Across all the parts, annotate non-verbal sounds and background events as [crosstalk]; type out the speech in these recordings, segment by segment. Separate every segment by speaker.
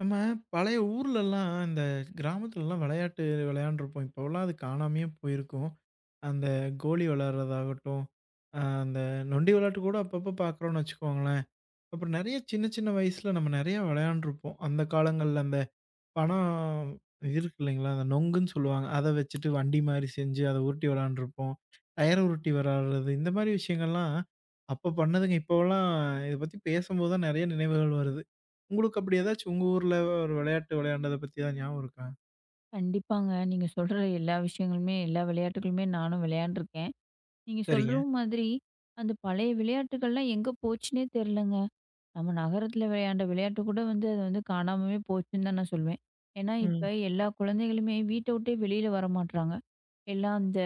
Speaker 1: நம்ம பழைய ஊர்லலாம், இந்த கிராமத்துலலாம் விளையாட்டு விளையாண்டுருப்போம். இப்போலாம் அது காணாமயே போயிருக்கும். அந்த கோலி விளையாடுறதாகட்டும், அந்த நொண்டி விளையாட்டு கூட அப்பப்போ பார்க்குறோம்னு வச்சுக்கோங்களேன். அப்புறம் நெறைய சின்ன சின்ன வயசுல நம்ம நெறைய விளையாண்டுருப்போம். அந்த காலங்கள்ல பணா இருக்கு இல்லைங்களா? அந்த நொங்குன்னு சொல்லுவாங்க. அத வச்சுட்டு வண்டி மாரி செஞ்சு அத உருட்டி விளையாண்டுருப்போம். டயர உருட்டி விளையாடுறது, இந்த மாரி விஷயங்கள்லாம் அப்ப பண்ணதுங்க. இப்போலாம் இத பத்தி பேசும்போது தான் நெறைய நினைவுகள் வருது. உங்களுக்கு அப்படி ஏதாச்சும் உங்க ஊர்ல ஒரு விளையாட்டு விளையாண்டத பத்தி ஏதாவது ஞாபகம் இருக்கா?
Speaker 2: கண்டிப்பாங்க. நீங்க சொல்ற எல்லா விஷயங்களுமே, எல்லா விளையாட்டுகளுமே நானும் விளையாண்டுருக்கேன். நீங்க சொல்ற
Speaker 1: சரிங்க.
Speaker 2: மாதிரி அந்த பழைய விளையாட்டுகள்லாம் எங்க போச்சுன்னே தெரிலங்க. நம்ம நகரத்துல விளையாண்ட விளையாட்டு கூட வந்து அது வந்து காணாமவே போச்சுன்னு தான் நான் சொல்வேன். ஏன்னா,
Speaker 1: ம்.
Speaker 2: இப்ப எல்லா குழந்தைகளுமே வீட்ட விட்டே வெளில வரமாட்றாங்க. எல்லாம் அந்த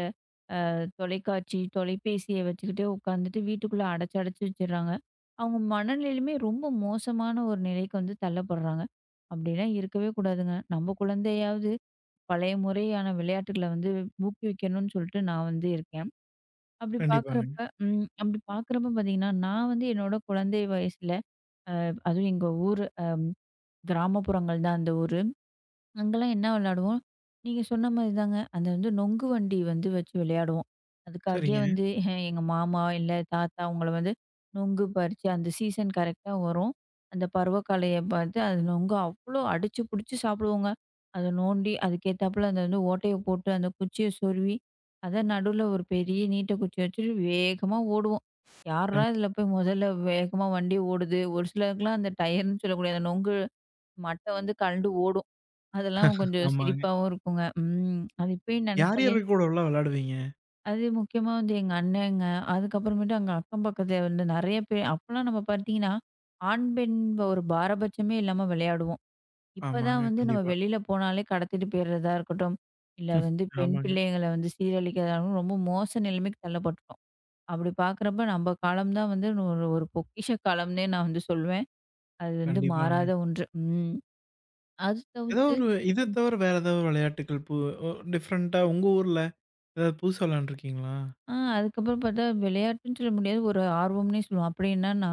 Speaker 2: தொலைக்காட்சி, தொலைபேசிய வச்சுக்கிட்டே உட்காந்துட்டு வீட்டுக்குள்ள அடைச்சு அடைச்சு வச்சுர்றாங்க. அவங்க மனநிலையுமே ரொம்ப மோசமான ஒரு நிலைக்கு வந்து தள்ளப்படுறாங்க. அப்படிலாம் இருக்கவே கூடாதுங்க. நம்ம குழந்தையாவது பழைய முறையான விளையாட்டுகள வந்து ஊக்குவிக்கணும்னு சொல்லிட்டு நான் வந்து இருக்கேன். அப்படி
Speaker 1: கண்டிப்பாங்க.
Speaker 2: பார்க்குறப்ப அப்படி பார்க்குறப்ப பார்த்தீங்கன்னா, நான் வந்து என்னோட குழந்தை வயசுல அதுவும் எங்க ஊர் கிராமப்புறங்கள் தான் அந்த ஊர். அங்கலாம் என்ன விளையாடுவோம், நீங்க சொன்ன மாரி தாங்க. அந்த வந்து நொங்கு வண்டி வந்து வச்சு விளையாடுவோம். அதுக்காகயே
Speaker 1: சரிங்க.
Speaker 2: வந்து [laughs] எங்க மாமா, இல்ல தாத்தா அவங்கள வந்து நொங்கு பறிச்சு அந்த சீசன் கரெக்ட்டா வரும். அந்த பருவக்காலைய பார்த்து அது நொங்கு அவ்ளோ அடிச்சு புடிச்சு சாப்பிடுவோங்க. அத நோண்டி அதுக்கேத்தாப்புல அந்த வந்து ஓட்டைய போட்டு அந்த குச்சிய சொருவி, அத நடுவுல ஒரு பெரிய நீட்ட குச்சிய வச்சுட்டு வேகமா ஓடுவோம். யார்ரா
Speaker 1: கண்
Speaker 2: இதில போய் முதல்ல வேகமா வண்டி ஓடுது? ஒரு சிலருக்குலாம் அந்த டயர்ன்னு சொல்லக்கூடிய அந்த நொங்கு மட்ட வந்து கழண்டு ஓடும். அதெல்லாம் கொஞ்சம்
Speaker 1: ஆமாங்க.
Speaker 2: சிரிப்பாவும் இருக்குங்க. ம். அது இப்பயும்
Speaker 1: யார்
Speaker 2: நெனச்சாலே
Speaker 1: யார் கூடலாம் விளையாடுவீங்க?
Speaker 2: அது முக்கியமா வந்து எங்க அண்ணேங்க. அதுக்கப்புறமேட்டு அங்க அக்கம் பக்கத்துல வந்து நெறைய பேர் அப்பலாம் நம்ம பார்த்தீங்கன்னா, ஆண், பெண் ஒரு பாரபட்சமே இல்லாம விளையாடுவோம். இப்ப தான்
Speaker 1: ஆமாங்க.
Speaker 2: வந்து நம்ம
Speaker 1: கண்டிப்பா.
Speaker 2: வெளியில போனாலே கடத்திட்டு போயிறதா இருக்கட்டும், இல்ல
Speaker 1: ம்.
Speaker 2: வந்து பெண்
Speaker 1: ஆமாங்க.
Speaker 2: பிள்ளைகள வந்து சீரழிக்கிறதா இருக்கட்டும், ரொம்ப மோச நிலைமைக்கு தள்ளப்பட்டுட்டோம். அப்படி பார்க்குறப்ப நம்ம காலம் தான் வந்து ஒரு ஒரு பொக்கிஷ காலம்னே நான் வந்து சொல்வேன். அது வந்து மாறாத
Speaker 1: கண்டிப்பாங்க.
Speaker 2: ஒன்று. ம். அது
Speaker 1: ஏதோ
Speaker 2: தவிர்த்து
Speaker 1: ஒரு இத தவிர வேற ஏதாவது விளையாட்டுக்கள் பு ஒ டிஃபரண்டா உங்க ஊர்ல ஏதாவது புதுசா விளையாண்டுருக்கீங்களா?
Speaker 2: அதுக்கப்புறம் பார்த்தா விளையாட்டுன்னு சொல்ல முடியாது. ஒரு ஆர்வம்னே சொல்லுவோம். அப்படி என்னன்னா,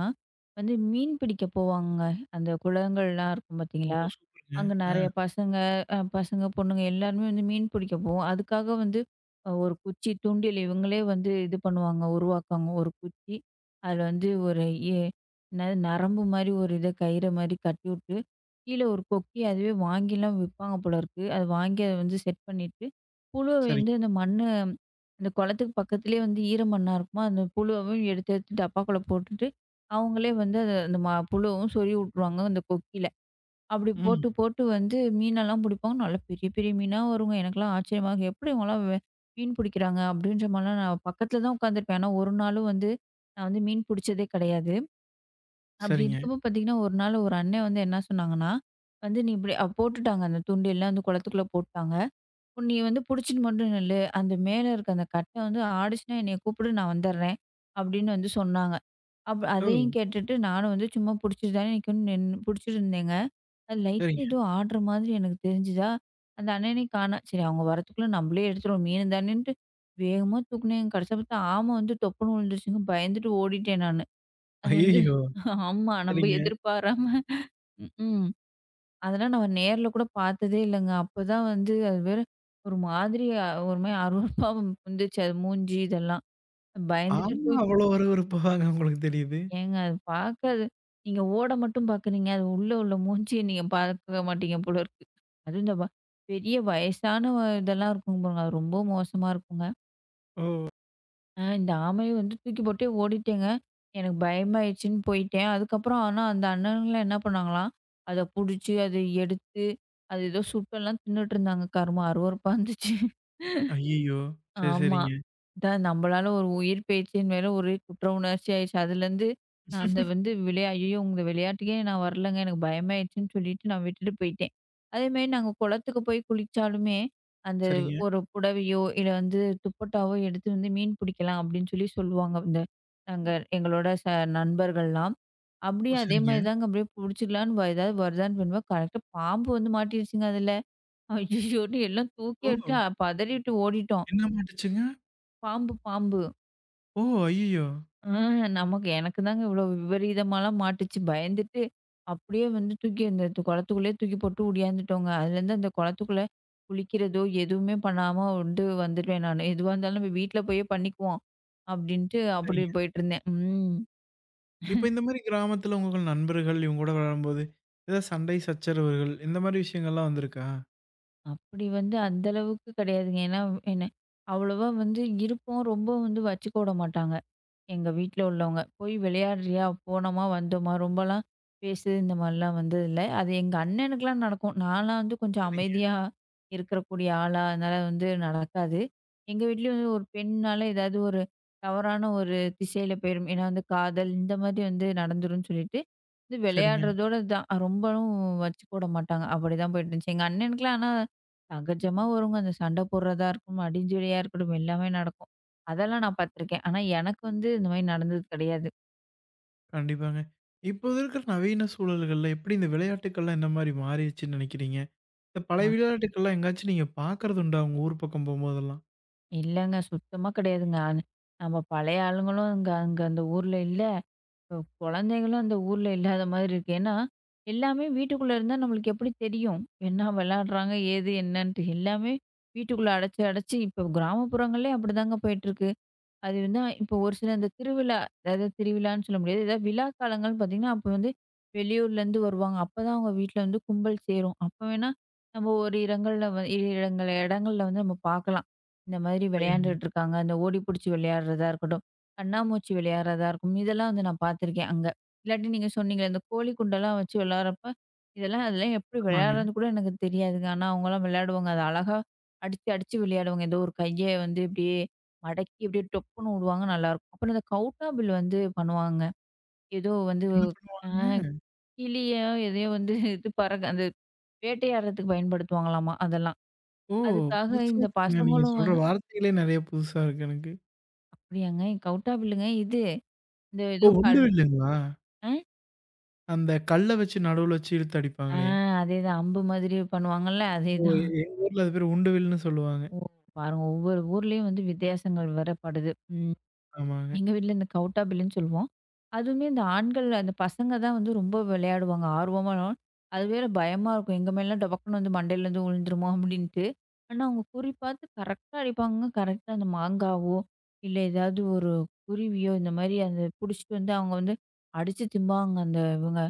Speaker 2: வந்து மீன் பிடிக்க போவாங்கங்க. அந்த குளங்கள்லாம் இருக்கும்
Speaker 1: ஓ!
Speaker 2: பார்த்தீங்களா?
Speaker 1: சூப்பருங்க.
Speaker 2: அங்க
Speaker 1: ஆ,
Speaker 2: நெறைய பசங்க, பொண்ணுங்க எல்லாருமே வந்து மீன் பிடிக்க போவோம். அதுக்காக வந்து ஒரு குச்சி, தூண்டில் இவங்களே வந்து இது பண்ணுவாங்க, உருவாக்குவாங்க. ஒரு குச்சி, அதில வந்து ஒரு எ என்னது நரம்பு மாரி ஒரு இத கயிற மாரி கட்டிவுட்டு, கீழ ஒரு கொக்கி அதுவே வாங்கிலாம் விப்பாங்க போல இருக்கு. அது வாங்கி அத வந்து செட் பண்ணிட்டு, புழு வந்து
Speaker 1: சரிங்க.
Speaker 2: அந்த மண்ணு அந்த குளத்துக்கு பக்கத்துலேயே வந்து ஈரமண்ணா இருக்குமா, அந்த புழுவவும் எடுத்து எடுத்து டப்பாக்குள்ள போட்டுட்டு, அவங்களே வந்து அத அந்த புழுவும் சொருவி விட்டுருவாங்க அந்த கொக்கியில. அப்படி
Speaker 1: ம்.
Speaker 2: போட்டு போட்டு வந்து மீனெல்லாம் பிடிப்பாங்க. நல்லா பெரிய பெரிய மீனா வருங்க. எனக்கெல்லாம் ஆச்சரியமா இருக்கும். எப்படி இவங்கலாம் மீன் பிடிக்கிறாங்க? அப்படின்ற மாரிலாம் நான் பக்கத்துல தான் உட்காந்துருப்பேன். ஆனா, ஒரு நாளும் வந்து நான் வந்து மீன் பிடிச்சதே கிடையாது. அப்படி
Speaker 1: சரிங்க.
Speaker 2: இருக்கப்போ பார்த்தீங்கன்னா, ஒரு நாள் ஒரு அண்ணன் வந்து என்ன சொன்னாங்கன்னா, வந்து நீ இப்படி போட்டுட்டாங்க அந்த தூண்டில்லாம் வந்து குளத்துக்குள்ள போட்டாங்க. நீ வந்து புடிச்சிட்டு மட்டும் நில்லு. அந்த மேல இருக்க அந்த கட்ட வந்து ஆடுச்சுன்னா என்னைய கூப்பிடு நான் வந்துடுறேன்." அப்படின்னு வந்து சொன்னாங்க.
Speaker 1: ஓ!
Speaker 2: அதையும் கேட்டுட்டு நானும் வந்து சும்மா புடிச்சிட்டு தானே நிக்கணும் நின்னு புடிச்சிட்டு இருந்தேங்க. அது லைட்டா
Speaker 1: சரிங்க.
Speaker 2: ஏதோ ஆடுற மாதிரி எனக்கு தெரிஞ்சுதா, அந்த அண்ணனையும் காணோம். சரி அவங்க வரத்துக்குள்ள நம்மளே எடுத்துருவோம் மீன் தானேன்ட்டு வேகமா தூக்குனேங்க. கடைசியா பார்த்தா ஆம வந்து தொப்புன்னு விழுந்துருச்சுங்க. பயந்துட்டு ஓடிட்டேன் நானு. அது வந்து
Speaker 1: ஐய்யயோ!
Speaker 2: ஆமா. நம்ம
Speaker 1: சரிங்க.
Speaker 2: எதிர்பாராம ம்ஹ்ம். அதெல்லாம் நான் நேர்ல கூட பார்த்ததே இல்லங்க. அப்பதான் வந்து அது வேற ஒரு மாதிரி ஒரு மாரி அருவருப்பா வந்துச்சு. அது மூஞ்சி இதெல்லாம். பயந்துட்டு
Speaker 1: ஆமா,
Speaker 2: தூக்கி
Speaker 1: அவ்வளோ அருவருப்பாவாங்க உங்களுக்கு தெரியுது.
Speaker 2: ஏங்க அது பார்க்க அது நீங்க ஓட மட்டும் பார்க்குறீங்க. அது உள்ள உள்ள மூஞ்சிய நீங்க பார்க்க மாட்டீங்க போல இருக்கு. அதுவும் இந்த வ பெரிய வயசான இதெல்லாம் இருக்குங்க பாருங்க. அது ரொம்ப மோசமா இருக்குங்க.
Speaker 1: ஓ!
Speaker 2: இந்த ஆமைய வந்து தூக்கி போட்டே ஓடிட்டேங்க. எனக்கு பயமாயிடுச்சுன்னு போயிட்டேன். அதுக்கப்புறம் ஆனா அந்த அண்ணனுங்கலாம் என்ன பண்ணாங்களாம், அத புடிச்சு, அத எடுத்து, அது ஏதோ சுட்டெல்லாம் தின்னுட்டு இருந்தாங்க. கருமம் அருவருப்பா இருந்துச்சு.
Speaker 1: ஐய்யயோ! சரி,
Speaker 2: ஆமா.
Speaker 1: சரிங்க.
Speaker 2: அதான் நம்மளால ஒரு உயிர் பேச்சின் மேல ஒரே குற்ற உணர்ச்சி ஆயிடுச்சு. அதுலேருந்து நான் அந்த வந்து ஐயய்யோ! இந்த விளையாட்டுக்கே நான் வரலங்க. எனக்கு பயமாயிடுச்சுன்னு சொல்லிட்டு நான் விட்டுட்டு போயிட்டேன். அதேமாரி நாங்க குளத்துக்கு போய் குளிச்சாலுமே, அந்த
Speaker 1: சரிங்க.
Speaker 2: ஒரு புடவையோ, இல்ல வந்து துப்பட்டாவோ எடுத்து வந்து மீன் பிடிக்கலாம் அப்படின்னு சொல்லி சொல்லுவாங்க. இந்த நாங்க எங்களோட நண்பர்கள்லாம்.
Speaker 1: ஓ!
Speaker 2: அப்படியே
Speaker 1: சரிங்க.
Speaker 2: அதேமாரி தாங்க அப்படியே புடிச்சிக்கலான்னு ஏதாவது வருதான்னு பண்ணுவேன். கரெக்ட்டா பாம்பு வந்து மாட்டிருச்சுங்க அதுல. ஐயய்யோன்னு எல்லாம் தூக்கி
Speaker 1: ஓ!
Speaker 2: விட்டு பதறிட்டு ஓடிட்டோம்.
Speaker 1: என்ன மாட்டுச்சுங்க?
Speaker 2: பாம்பு, பாம்பு.
Speaker 1: ஓ! ஐய்யயோ!
Speaker 2: ஆ நமக்கு எனக்கு தாங்க இவ்ளோ விபரீதமாலாம் மாட்டுச்சு. பயந்துட்டு, அப்படியே வந்து தூக்கி அந்த குளத்துக்குள்ளேயே தூக்கி போட்டு ஒடியாந்துட்டோங்க. அதுலேருந்து அந்த குளத்துக்குள்ள குளிக்கிறதோ, எதுவுமே பண்ணாம வந்து வந்துருவேன் நானு. எதுவா இருந்தாலும் நம்ம வீட்ல போயே பண்ணிக்குவோம். அப்படின்ட்டு அப்படி
Speaker 1: சரிங்க.
Speaker 2: போயிட்டுருந்தேன். ம்.
Speaker 1: இப்ப இந்த மாரி கிராமத்துல உங்க நண்பர்கள் இவங்க கூட விளையாடும்போது, ஏதாவது சண்டை சச்சரவுகள் இந்த மாரி விஷயங்கள்லாம் வந்திருக்கா?
Speaker 2: அப்படி வந்து அந்த அளவுக்கு கிடையாதுங்க. ஏன்னா, என்ன அவ்வளவா வந்து இருப்போம். ரொம்ப வந்து வச்சுக்க விட மாட்டாங்க. எங்க வீட்ல உள்ளவங்க. "போய் விளையாடுறியா? போனோமா, வந்தோமா?" ரொம்பலாம் பேசு இந்த மாரிலாம் வந்தது இல்ல. அது எங்க அண்ணனுக்குலாம் நடக்கும். நான்லாம் வந்து கொஞ்சம்
Speaker 1: சரிங்க.
Speaker 2: அமைதியா இருக்கக்கூடிய ஆளா, அதனால வந்து நடக்காது. எங்க வீட்லயும் வந்து ஒரு பெண்ணால ஏதாவது ஒரு தவறான ஒரு திசையில போயிரும். ஏன்னா வந்து காதல் இந்த மாதிரி வந்து நடந்துரும்னு சொல்லிட்டு, இது
Speaker 1: சரிங்க.
Speaker 2: விளையாடுறதோட தான். ரொம்பவும் வச்சுக்கூட மாட்டாங்க. அப்படிதான் போயிட்டுருந்துச்சு. எங்க அண்ணனுக்குலாம் ஆனா சகஜமா வருங்க. அந்த சண்டை போடுறதா இருக்கட்டும், அடிஞ்சொலியா இருக்கட்டும் எல்லாமே நடக்கும். அதெல்லாம் நான் பார்த்துருக்கேன். ஆனா எனக்கு வந்து இந்த மாரி நடந்தது கிடையாது.
Speaker 1: கண்டிப்பாங்க. இப்ப இருக்கிற நவீன சூழல்கள்ல எப்படி இந்த விளையாட்டுக்கள்லாம் என்ன மாரி மாறிடுச்சுன்னு நெனைக்கிறீங்க? இந்த பழைய
Speaker 2: அ
Speaker 1: விளையாட்டுக்கள்லாம் எங்கேயாச்சும் நீங்க பார்க்கறது உண்டா? உங்க ஊர் பக்கம் போம்போதெல்லாம்?
Speaker 2: இல்லங்க. சுத்தமா கிடையாதுங்க. நம்ம பழைய ஆளுங்களும் அங்க அங்க அந்த ஊர்ல இல்ல. இப்ப குழந்தைகளும் அந்த ஊர்ல இல்லாத மாதிரி இருக்கு. ஏன்னா, எல்லாமே வீட்டுக்குள்ள இருந்தா நம்மளுக்கு எப்படி தெரியும்? என்ன விளையாடுறாங்க? ஏது என்னன்ட்டு? எல்லாமே வீட்டுக்குள்ள அடைச்சு அடைச்சு இப்ப கிராமப்புறங்களே அப்படிதாங்க போயிட்டுருக்கு. அது வந்து இப்போ ஒரு சில அந்த திருவிழா, அதாவது திருவிழான்னு சொல்ல முடியாது. ஏதாவது விழா காலங்கள்னு பார்த்தீங்கன்னா, அப்போ வந்து வெளியூர்லேருந்து வருவாங்க. அப்பதான் அவங்க வீட்ல வந்து கும்பல் சேரும். அப்ப வேணா நம்ம ஒரு இடங்கள்ல இரு இடங்கள்ல வந்து நம்ம பார்க்கலாம். இந்த மாதிரி
Speaker 1: சரிங்க.
Speaker 2: விளையாண்டுட்டு இருக்காங்க. அந்த ஓடி புடிச்சு விளையாடுறதா இருக்கட்டும், கண்ணாமூச்சி விளையாடுறதா இருக்கும். இதெல்லாம் வந்து நான் பார்த்துருக்கேன் அங்க. இல்லாட்டி நீங்க சொன்னீங்களே, இந்த கோழி குண்டெல்லாம் வச்சு விளையாடுறப்ப, இதெல்லாம் அதெல்லாம் எப்படி
Speaker 1: ஆமாங்க.
Speaker 2: விளையாடுறதுன்னு கூட எனக்கு தெரியாதுங்க. ஆனா அவங்கலாம் விளையாடுவாங்க. அது அழகா அடிச்சு அடிச்சு விளையாடுவாங்க. ஏதோ ஒரு கைய வந்து இப்படியே மடக்கி அப்படியே டொப்புன்னு விடுவாங்க நல்லாயிருக்கும். அப்புறம் இந்த கவுட்டா பில் வந்து பண்ணுவாங்க. ஏதோ வந்து
Speaker 1: என்ன
Speaker 2: அ
Speaker 1: பண்ணுவாங்கங்க?
Speaker 2: கிளியோ எதையோ வந்து [laughs] இது பறக்க அந்த வேட்டையாடுறதுக்கு பயன்படுத்துவாங்களாமா அதெல்லாம்.
Speaker 1: ஓ!
Speaker 2: அதுக்காக
Speaker 1: புதுசா
Speaker 2: இந்த
Speaker 1: இருக்குங்க. நீங்க
Speaker 2: பசங்களும்
Speaker 1: சொல்ற
Speaker 2: வந்து
Speaker 1: வார்த்தைகளே நெறைய புதுசா இருக்கு எனக்கு.
Speaker 2: அப்படியாங்க? கவுட்டா பில்லுங்க இது. இந்த
Speaker 1: ஓ!
Speaker 2: ஏதோ
Speaker 1: உண்டு
Speaker 2: கல்
Speaker 1: வில்லுங்களா?
Speaker 2: அ
Speaker 1: அந்த கல்ல வச்சு நடுவுல வச்சு இழுத்து
Speaker 2: ஆ
Speaker 1: அடிப்பாங்களே!
Speaker 2: அதேதான் அம்பு மாதிரி பண்ணுவாங்கல்ல
Speaker 1: ஓ!
Speaker 2: அதேதான்.
Speaker 1: எங்க ஊர்ல அது பேரு உண்டு வில்லுன்னு சொல்லுவாங்க.
Speaker 2: ஓ! பாருங்க ஒவ்வொரு ஊர்லயும் வந்து வித்தியாசங்கள் வேற படுது. ம்.
Speaker 1: ஆமாங்க.
Speaker 2: எங்க வீட்ல இந்த கவுட்டா பில்லுன்னு சொல்லுவோம். அதுவுமே இந்த ஆண்கள் அந்த பசங்க தான் வந்து ரொம்ப விளையாடுவாங்க. ஆர்வமா அது வேற பயமா இருக்கும். எங்க மேலலாம் டபக்குன்னு வந்து மண்டையிலேருந்து விழுந்துருமோ அப்படின்ட்டு. ஆனா அவங்க குறி பார்த்து கரெக்ட்டா அடிப்பாங்க. கரெக்ட்டா அந்த மாங்காவோ, இல்ல ஏதாவது ஒரு குருவியோ இந்த மாரி அந்த புடிச்சிட்டு வந்து அவங்க வந்து அடிச்சு திம்பாங்க. அந்த இவங்க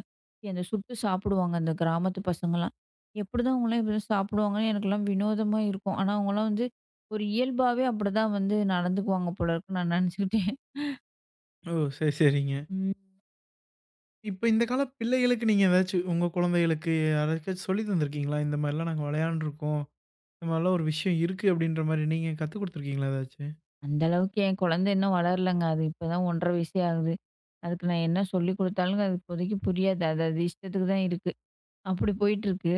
Speaker 2: அந்த சுட்டு சாப்பிடுவாங்க அந்த கிராமத்து பசங்கலாம். எப்படிதான் அவங்கலாம் இப்படிலாம் சாப்பிடுவாங்கன்னு எனக்கெல்லாம் வினோதமா இருக்கும். ஆனா அவங்கலாம் வந்து ஒரு இயல்பாவே அப்படிதான் வந்து நடந்துக்குவாங்க போல இருக்குன்னு நான் நினச்சுக்கிட்டேன்.
Speaker 1: ஓ! சரி, சரிங்க.
Speaker 2: ம்.
Speaker 1: இப்ப இந்த கால பிள்ளைகளுக்கு நீங்க ஏதாச்சும் உங்க குழந்தைகளுக்கு யாருக்காச்சும் சொல்லி தந்திருக்கீங்களா? இந்த மாரிலாம் நாங்க விளையாண்டுருக்கோம். இந்த மாரிலாம் ஒரு விஷயம் இருக்கு அப்டின்ற மாரி நீங்க கத்துக் குடுத்துருக்கீங்களா ஏதாச்சு?
Speaker 2: அந்த அளவுக்கு என் குழந்தை இன்னும் வளரலங்க. அது இப்பதான் 1 1/2 வயசே ஆகுது. அதுக்கு நான் என்ன சொல்லிக் குடுத்தாலும் அது இப்போதைக்கு புரியாது. அது அது இஷ்டத்துக்கு தான் இருக்கு. அப்படி போயிட்டுருக்கு.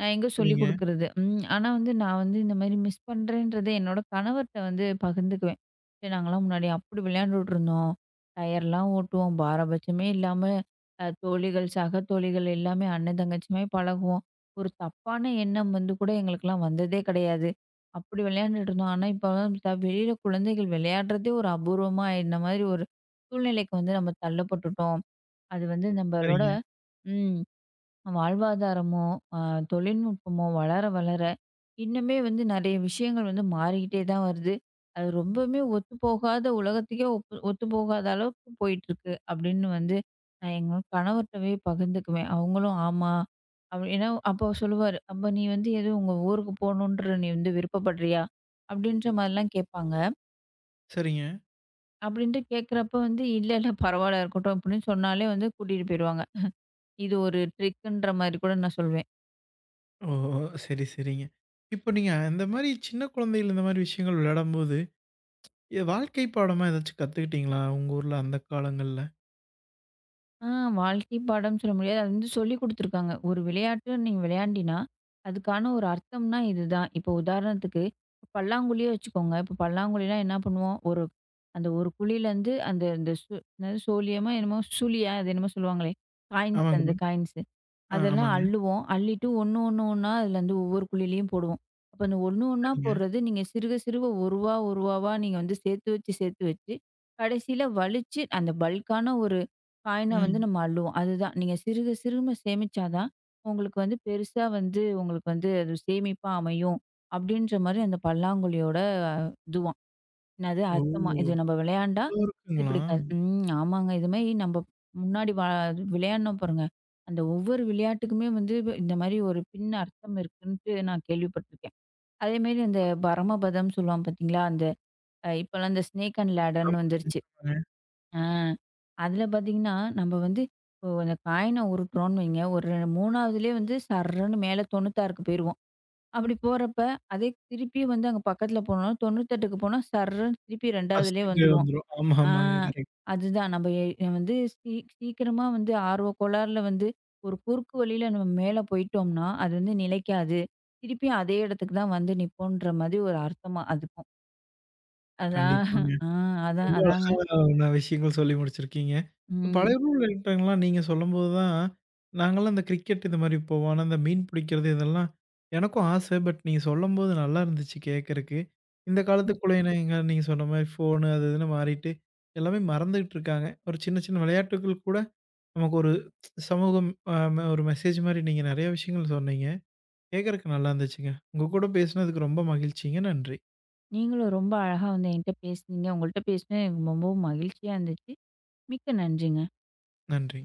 Speaker 2: நான் எங்க சொல்லிக்
Speaker 1: சரிங்க,
Speaker 2: குடுக்குறது? ம். ஆனா வந்து நான் வந்து இந்த மாரி மிஸ் பண்றேன்றத என்னோட கணவர்ட்ட வந்து பகிர்ந்துக்குவேன். "சே நாங்கலாம் முன்னாடி அப்படி விளையாண்டுட்டுருந்தோம். டயர்லாம் ஓட்டுவோம். பாரபட்சமே இல்லாம தோழிகள், சக தோழிகள் எல்லாமே அண்ணன் தங்கச்சிமாரி பழகுவோம். ஒரு தப்பான எண்ணம் வந்து கூட எங்களுக்கெல்லாம் வந்ததே கிடையாது. அப்படி விளையாண்டுட்டுருந்தோம். ஆனா இப்பலாம் வெளியில குழந்தைகள் விளையாடுறதே ஒரு அபூர்வமா ஆயிடுன மாதிரி ஒரு சூழ்நிலைக்கு வந்து நம்ம தள்ளப்பட்டுட்டோம். அது வந்து நம்பளோட"
Speaker 1: சரிங்க,
Speaker 2: ம். வாழ்வாதாரமோ, அ தொழில்நுட்பமோ வளர வளர, இன்னுமே வந்து நெறைய விஷயங்கள் வந்து மாறிக்கிட்டே தான் வருது. அது ரொம்பவுமே ஒத்துப்போகாத உலகத்துக்கே ஒத்துப்போகாத அளவுக்கு போயிட்டுருக்கு அப்படின்னு வந்து நான் எங்க கணவர்ட்டவே பகிர்ந்துக்குவேன். அவங்களும் ஆமா. அப்படி ஏன்னா அப்போ சொல்லுவாரு, "அப்ப நீ வந்து எதுவும் உங்க ஊருக்கு போகணுன்ற நீ வந்து விருப்பப்படுறியா?" அப்படின்ற மாதிரிலாம் கேட்பாங்க.
Speaker 1: சரிங்க.
Speaker 2: அப்படின்ட்டு கேட்குறப்ப வந்து, "இல்ல, இல்ல பரவால்ல இருக்கட்டும்" அப்படின்னு சொன்னாலே வந்து கூட்டிட்டு போயிருவாங்க. இது ஒரு ட்ரிக்குன்ற மாரி கூட நான் சொல்வேன்.
Speaker 1: ஓ! சரி, சரிங்க. இப்போ நீங்க அந்த மாரி சின்ன குழந்தைகள் இந்த மாரி விஷயங்கள் விளையாடும்போது, வாழ்க்கை பாடமா ஏதாச்சும் கத்துக்கிட்டீங்களா? உங்க ஊர்ல அந்த காலங்கள்ல?
Speaker 2: ஆ வாழ்க்கை பாடம்னு சொல்ல முடியாது. அது வந்து சொல்லிக் குடுத்துருக்காங்க. ஒரு விளையாட்டு நீ விளையாண்டீன்னா, அதுக்கான ஒரு அர்த்தம்னா இதுதான். இப்போ உதாரணத்துக்கு பல்லாங்குழியே வச்சுக்கோங்க. இப்போ பல்லாங்குழினா என்ன பண்ணுவோம்? ஒரு அந்த ஒரு குழியிலேருந்து அந்த அந்த சு என்னது சோழியமோ என்னமோ சுழியா? அது என்னமோ சொல்லுவாங்களே! காயின்ஸ் அந்த
Speaker 1: ஆமாங்களா?
Speaker 2: காயின்ஸு.
Speaker 1: ஆ,
Speaker 2: அதெல்லாம்
Speaker 1: ஆமாங்க.
Speaker 2: அள்ளுவோம். அள்ளிட்டு ஒண்ணு ஒண்ணு ஒண்ணா அதுலருந்து ஒவ்வொரு குழியிலயும் போடுவோம். அப்ப அந்த ஒண்ணு ஒண்ணா
Speaker 1: சரிங்க.
Speaker 2: போடுறது நீங்க சிறுக சிறுக ரூ. 1 ரூ. 1வா நீங்க வந்து சேர்த்து வச்சு, சேர்த்து வச்சு கடைசியில வலிச்சு அந்த பல்க்கான ஒரு காயின வந்து
Speaker 1: ம்.
Speaker 2: நம்ம அள்ளுவோம். அதுதான். நீங்க சிறுக சிறும சேமிச்சா தான், உங்களுக்கு வந்து பெருசா வந்து உங்களுக்கு வந்து அது சேமிப்பா அமையும். அப்படின்ற மாரி அந்த பல்லாங்குழியோட இதுவாம். என்னது
Speaker 1: ஓ!
Speaker 2: அர்த்தமா? இது நம்ம விளையாண்டா,
Speaker 1: இவ்ளோ இருக்குங்களா?
Speaker 2: இப்படி க ம் ஆமாங்க. இது மாரி நம்ம முன்னாடி விளையாடினோம் பாருங்க. அந்த ஒவ்வொரு விளையாட்டுக்குமே வந்து இந்த மாரி ஒரு பின் அர்த்தம் இருக்குன்ட்டு நான் கேள்விப்பட்டுருக்கேன். அதேமாரி அந்த பரமபதம் சொல்லுவாங்க பார்த்தீங்களா? அந்த இப்போலாம் இந்த ஸ்னேக் அண்ட் லேடர்ன்னு
Speaker 1: ஆமாங்க,
Speaker 2: வந்துருச்சு.
Speaker 1: ஆமாங்க.
Speaker 2: ஆ அதில பார்த்தீங்கன்னா, நம்ம வந்து இப்போ அந்த காயின உருட்டுறோம்ன்னு வைங்க, ஒரு 3வதுலேயே வந்து சர்ருன்னு மேல 96க்கு போயிருவோம். அப்படி போறப்ப, அதே திருப்பி வந்து அங்க பக்கத்தில போனோம்னா 98க்கு போனா சர்ருன்னு திருப்பி 2வதுலேயே
Speaker 1: ஃபர்ஸ்ட்டுக்கே
Speaker 2: வந்துருவோம்.
Speaker 1: வந்துரும். ஆமா,
Speaker 2: ஆ
Speaker 1: ஆமாங்க. கரெக்ட்.
Speaker 2: அதுதான். நம்ம வந்து சீ சீக்கிரமா வந்து ஆர்வ கோளாறுல வந்து ஒரு குறுக்கு வழியில நம்ம மேல போயிட்டோம்னா, அது வந்து நிலைக்காது. திருப்பியும் அதே இடத்துக்கு தான் வந்து நிப்போன்ற மாதிரி ஒரு அர்த்தமா அதுக்கும். அதான்
Speaker 1: கண்டிப்பாங்க.
Speaker 2: ஆ அதான்
Speaker 1: ரொம்ப
Speaker 2: அதாங்க.
Speaker 1: அழகான விஷயங்கள் சொல்லி முடிச்சிருக்கீங்க.
Speaker 2: ம்.
Speaker 1: பழைய ரூல் ஐட்டங்கள்லாம் நீங்க சொல்லும்போது தான், நாங்கலாம் இந்த கிரிக்கெட் இது மாரி போவோம். ஆனா, இந்த மீன் பிடிக்கிறது இதெல்லாம் எனக்கும் ஆசை. பட் நீங்க சொல்லும்போது நல்லா இருந்துச்சு கேட்கறக்கு. இந்த காலத்து குழந்தைங்க நீங்க சொன்ன மாரி ஃபோனு அது இதுன்னு மாறிட்டு, எல்லாமே மறந்துகிட்டு இருக்காங்க. ஒரு சின்ன சின்ன விளையாட்டுகள் கூட நமக்கு ஒரு சமூகம் அ ஒரு மெசேஜ் மாரி நீங்க நெறைய விஷயங்கள் சொன்னீங்க. கேட்கறக்கு நல்லா இருந்துச்சுங்க. உங்க கூட பேசினதுக்கு ரொம்ப மகிழ்ச்சிங்க. நன்றி.
Speaker 2: நீங்களும் ரொம்ப அழகா வந்து என்கிட்ட பேசுனீங்க. உங்கள்ட்ட பேசினது எனக்கு ரொம்பவும் மகிழ்ச்சியா இருந்துச்சு. மிக்க நன்றிங்க.
Speaker 1: நன்றிங்க.